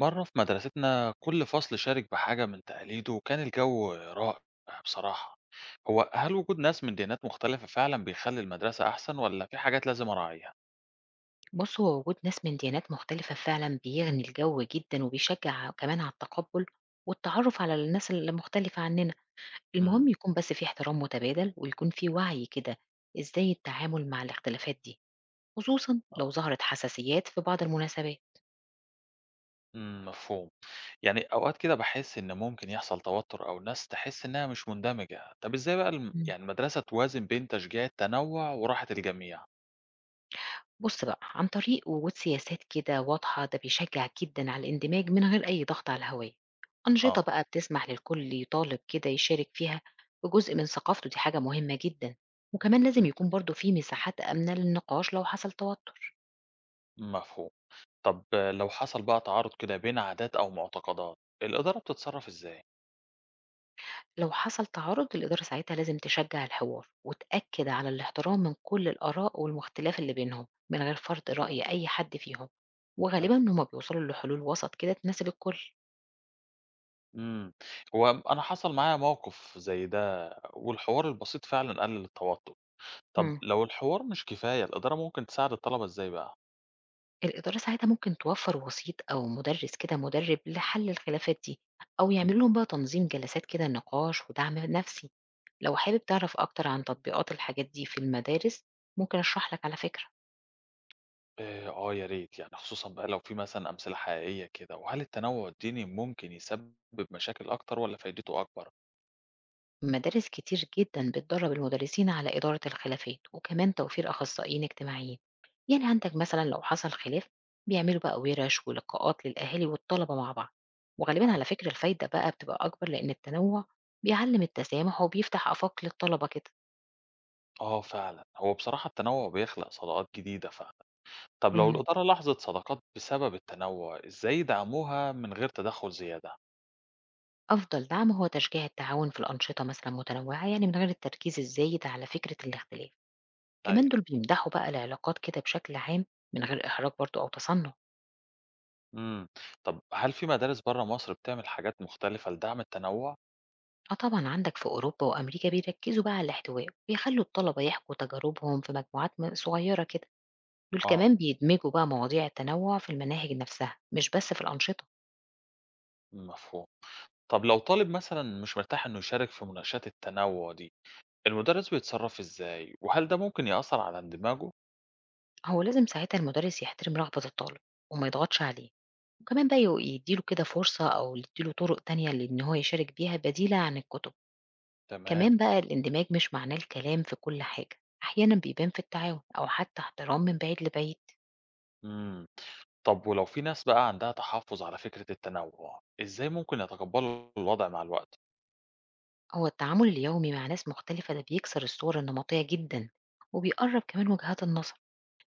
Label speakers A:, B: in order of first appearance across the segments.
A: مرة في مدرستنا كل فصل شارك بحاجة من تقاليده وكان الجو رائع بصراحة. هو هل وجود ناس من ديانات مختلفة فعلا بيخلي المدرسة أحسن ولا في حاجات لازم أراعيها؟
B: بُص، هو وجود ناس من ديانات مختلفة فعلًا بيغني الجو جدًا وبيشجّع كمان على التقبُّل والتعرُّف على الناس المختلفة عنّنا. المهم
A: مم.
B: يكون بس في احترام متبادل، ويكون في وعي كده إزاي التعامل مع الاختلافات دي، خصوصًا لو ظهرت حساسيات في بعض المناسبات.
A: مم. مفهوم. يعني أوقات كده بحس إن ممكن يحصل توتر أو ناس تحس إنها مش مندمجة. طب إزاي بقى يعني المدرسة توازن بين تشجيع التنوع وراحة الجميع؟
B: بُص بقى، عن طريق وجود سياسات كده واضحة، ده بيشجّع جدًا على الاندماج من غير أي ضغط على الهوية. أنشطة
A: آه.
B: بقى بتسمح للكل يطالب كده يشارك فيها بجزء من ثقافته، دي حاجة مهمة جدًا. وكمان لازم
A: مم.
B: يكون برضه في مساحات آمنة للنقاش لو حصل توتر.
A: مفهوم. طب لو حصل بقى تعارض كده بين عادات أو معتقدات، الإدارة بتتصرف إزاي؟
B: لو حصل تعارض، الإدارة ساعتها لازم تشجّع الحوار وتأكد على الاحترام من كل الآراء والمختلاف اللي بينهم، من غير فرض
A: أها.
B: رأي أي حد فيهم.
A: أيوة.
B: وغالبًا هُم بيوصلوا لحلول وسط كده تناسب الكل.
A: إمم. هو أنا حصل معايا موقف زي ده، والحوار البسيط فعلًا قلل التوتر. طب
B: إمم.
A: لو الحوار مش كفاية، الإدارة ممكن تساعد الطلبة إزاي بقى؟
B: الإدارة ساعتها ممكن توفّر وسيط أو مُدرِّس كده مُدرِّب لحل الخلافات دي، أو
A: إمم.
B: يعملوا لهم بقى تنظيم جلسات كده نقاش ودعم نفسي. لو حابب تعرف أكتر عن تطبيقات الحاجات دي في المدارس، ممكن أشرح لك على فكرة.
A: آه يا ريت، يعني خصوصًا بقى لو في مثلًا أمثلة حقيقية كده. وهل التنوع الديني ممكن يسبب مشاكل أكتر والّا فايدته أكبر؟
B: مدارس كتير جدًا بتدرّب المدرسين على إدارة الخلافات، وكمان توفير أخصائيين اجتماعيين. يعني عندك مثلًا لو حصل خلاف، بيعملوا بقى ورش ولقاءات للأهالي والطلبة مع بعض. وغالبًا
A: حلو.
B: على فكرة الفايدة بقى بتبقى أكبر لإن التنوع بيعلّم التسامح وبيفتح آفاق للطلبة كده.
A: آه فعلًا، هو بصراحة التنوع بيخلق صداقات جديدة فعلًا. طب لو
B: إمم.
A: الإدارة لاحظت صداقات بسبب التنوع، إزاي يدعموها من غير تدخل زيادة؟
B: أفضل دعم هو تشجيع التعاون في الأنشطة مثلًا متنوعة، يعني من غير التركيز الزايد على فكرة الاختلاف. كمان
A: أيوه.
B: دول بيمدحوا بقى العلاقات كده بشكل عام من غير إحراج برضه أو تصنُّع.
A: إمم. طب هل في مدارس برّه مصر بتعمل حاجات مختلفة لدعم التنوُع؟
B: آه طبعًا عندك في أوروبا وأمريكا بيركّزوا بقى على الاحتواء، بيخلّوا الطلبة يحكوا تجاربهم في مجموعات م صغيّرة كده. دول
A: آه،
B: كمان بيدمجوا بقى مواضيع التنوع في المناهج نفسها، مش بس في الأنشطة.
A: مفهوم. طب لو طالب مثلًا مش مرتاح إنه يشارك في مناقشات التنوُع دي، المدرس بيتصرّف إزاي؟ وهل ده ممكن يأثّر على اندماجه؟
B: هو لازم ساعتها المدرس يحترم رغبة الطالب وما يضغطش عليه. وكمان بقى يدّي له كده فرصة، أو يدّي له طُرق تانية لإن هو يشارك بيها بديلة عن الكُتب.
A: تمام،
B: كمان بقى الاندماج مش معناه الكلام في كل حاجة، أحيانا بيبان في التعاون أو حتى احترام من بعيد لبعيد.
A: إمم. طب ولو في ناس بقى عندها تحفُّظ على فكرة التنوُع، إزاي ممكن يتقبّلوا الوضع مع الوقت؟
B: هو التعامل اليومي مع ناس مختلفة ده بيكسر الصور النمطية جدا، وبيقرب كمان وجهات النظر.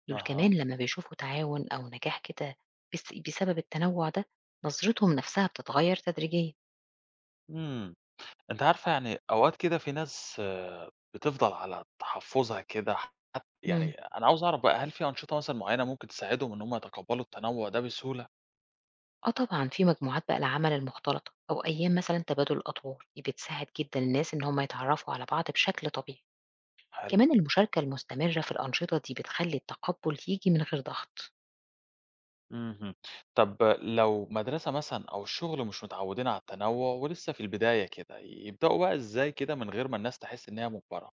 B: دول
A: أها،
B: كمان لما بيشوفوا تعاون أو نجاح كده بسبب التنوع ده، نظرتهم نفسها بتتغير تدريجيا.
A: إمم. أنتِ عارفة، يعني أوقات كده في ناس بتفضل على تحفُّظها كده.
B: مم.
A: يعني أنا عاوز أعرف بقى هل في أنشطة مثلًا معيّنة ممكن تساعدهم إن هم يتقبّلوا التنوّع ده بسهولة؟
B: اه طبعا في مجموعات بقى العمل المختلطة أو أيام مثلا تبادل الأدوار، دي بتساعد جدا الناس إن هم يتعرفوا على بعض بشكل طبيعي.
A: حلو.
B: كمان المشاركة المستمرة في الأنشطة دي بتخلي التقبل يجي من غير ضغط.
A: اهم. طب لو مدرسة مثلًا أو الشغل مش متعوّدين على التنوّع ولسه في البداية كده، يبدؤوا بقى إزاي كده من غير ما الناس تحس إن هي مُجبرة؟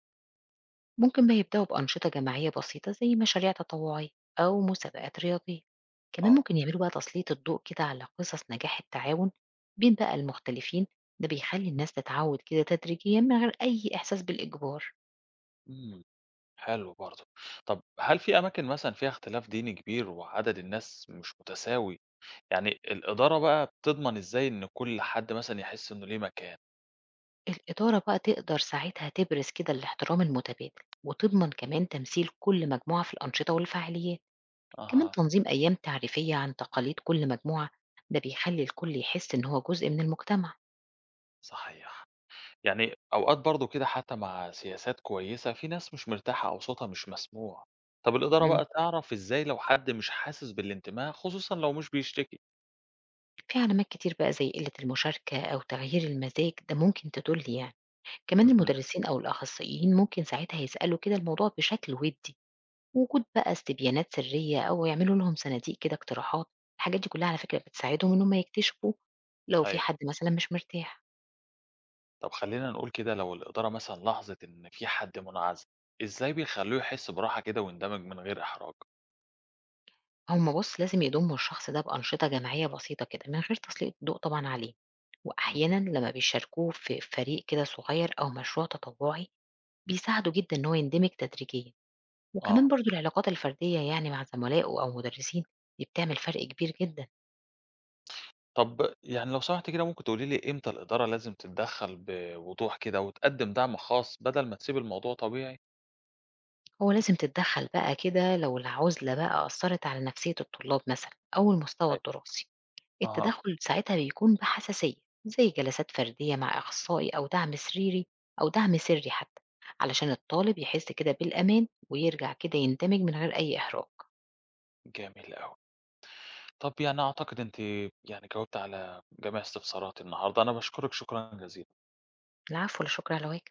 B: ممكن بقى يبدأوا بأنشطة جماعية بسيطة زي مشاريع تطوعية أو مسابقات رياضية. كمان
A: آه.
B: ممكن يعملوا بقى تسليط الضوء كده على قصص نجاح التعاون بين بقى المختلفين، ده بيخلي الناس تتعود كده تدريجيا من غير أي إحساس بالإجبار.
A: إمم، حلو برضه. طب هل في أماكن مثلًا فيها اختلاف ديني كبير وعدد الناس مش متساوي، يعني الإدارة بقى بتضمن إزاي إن كل حد مثلًا يحس إنه ليه مكان؟
B: الإدارة بقى تقدر ساعتها تبرز كده الاحترام المتبادل، وتضمن كمان تمثيل كل مجموعة في الأنشطة والفعاليات. كمان
A: أها،
B: تنظيم أيام تعريفية عن تقاليد كل مجموعة، ده بيخلي الكل يحس إن هو جزء من المجتمع.
A: صحيح. يعني أوقات برضه كده حتى مع سياسات كويسة في ناس مش مرتاحة أو صوتها مش مسموع. طب الإدارة
B: مم.
A: بقى تعرف إزاي لو حد مش حاسس بالانتماء خصوصا لو مش بيشتكي؟
B: في علامات كتير بقى زي قلة المشاركة أو تغيير المزاج، ده ممكن تدل يعني. كمان
A: مهم.
B: المدرسين أو الأخصائيين ممكن ساعتها يسألوا كده الموضوع بشكل ودي. وجود بقى استبيانات سرية، أو يعملوا لهم صناديق كده اقتراحات، الحاجات دي كلها على فكرة بتساعدهم إن هم يكتشفوا لو في
A: أيوة.
B: حد مثلا مش مرتاح.
A: طب خلينا نقول كده لو الإدارة مثلا لاحظت إن في حد منعزل، إزاي بيخلوه يحس براحة كده ويندمج من غير إحراج؟
B: هم بص لازم يضموا الشخص ده بأنشطة جماعية بسيطة كده من غير تسليط الضوء طبعا عليه. وأحيانا
A: مهم.
B: لما بيشاركوه في فريق كده صغير أو مشروع تطوعي، بيساعده جدا إن هو يندمج تدريجيا.
A: آه.
B: وكمان برضو العلاقات الفردية، يعني مع زملائه أو مدرسين، دي بتعمل فرق كبير جدا.
A: طب يعني لو سمحت كده ممكن تقولي لي إمتى الإدارة لازم تتدخل بوضوح كده وتقدم دعم خاص بدل ما تسيب الموضوع طبيعي؟
B: هو لازم تتدخل بقى كده لو العزلة بقى أثرت على نفسية الطلاب مثلا أو المستوى
A: أيوة.
B: الدراسي.
A: أها.
B: التدخل ساعتها بيكون بحساسية، زي جلسات فردية مع أخصائي أو دعم سريري، أو دعم سري حتى، علشان الطالب يحس كده بالأمان ويرجع كده يندمج من غير أي إحراج.
A: جميل أوي. طب يعني أعتقد أنتِ يعني جاوبتِ على جميع استفساراتي النهارده، أنا باشكرِك شكرًا جزيلًا.
B: العفو، ولا شكر على واجب.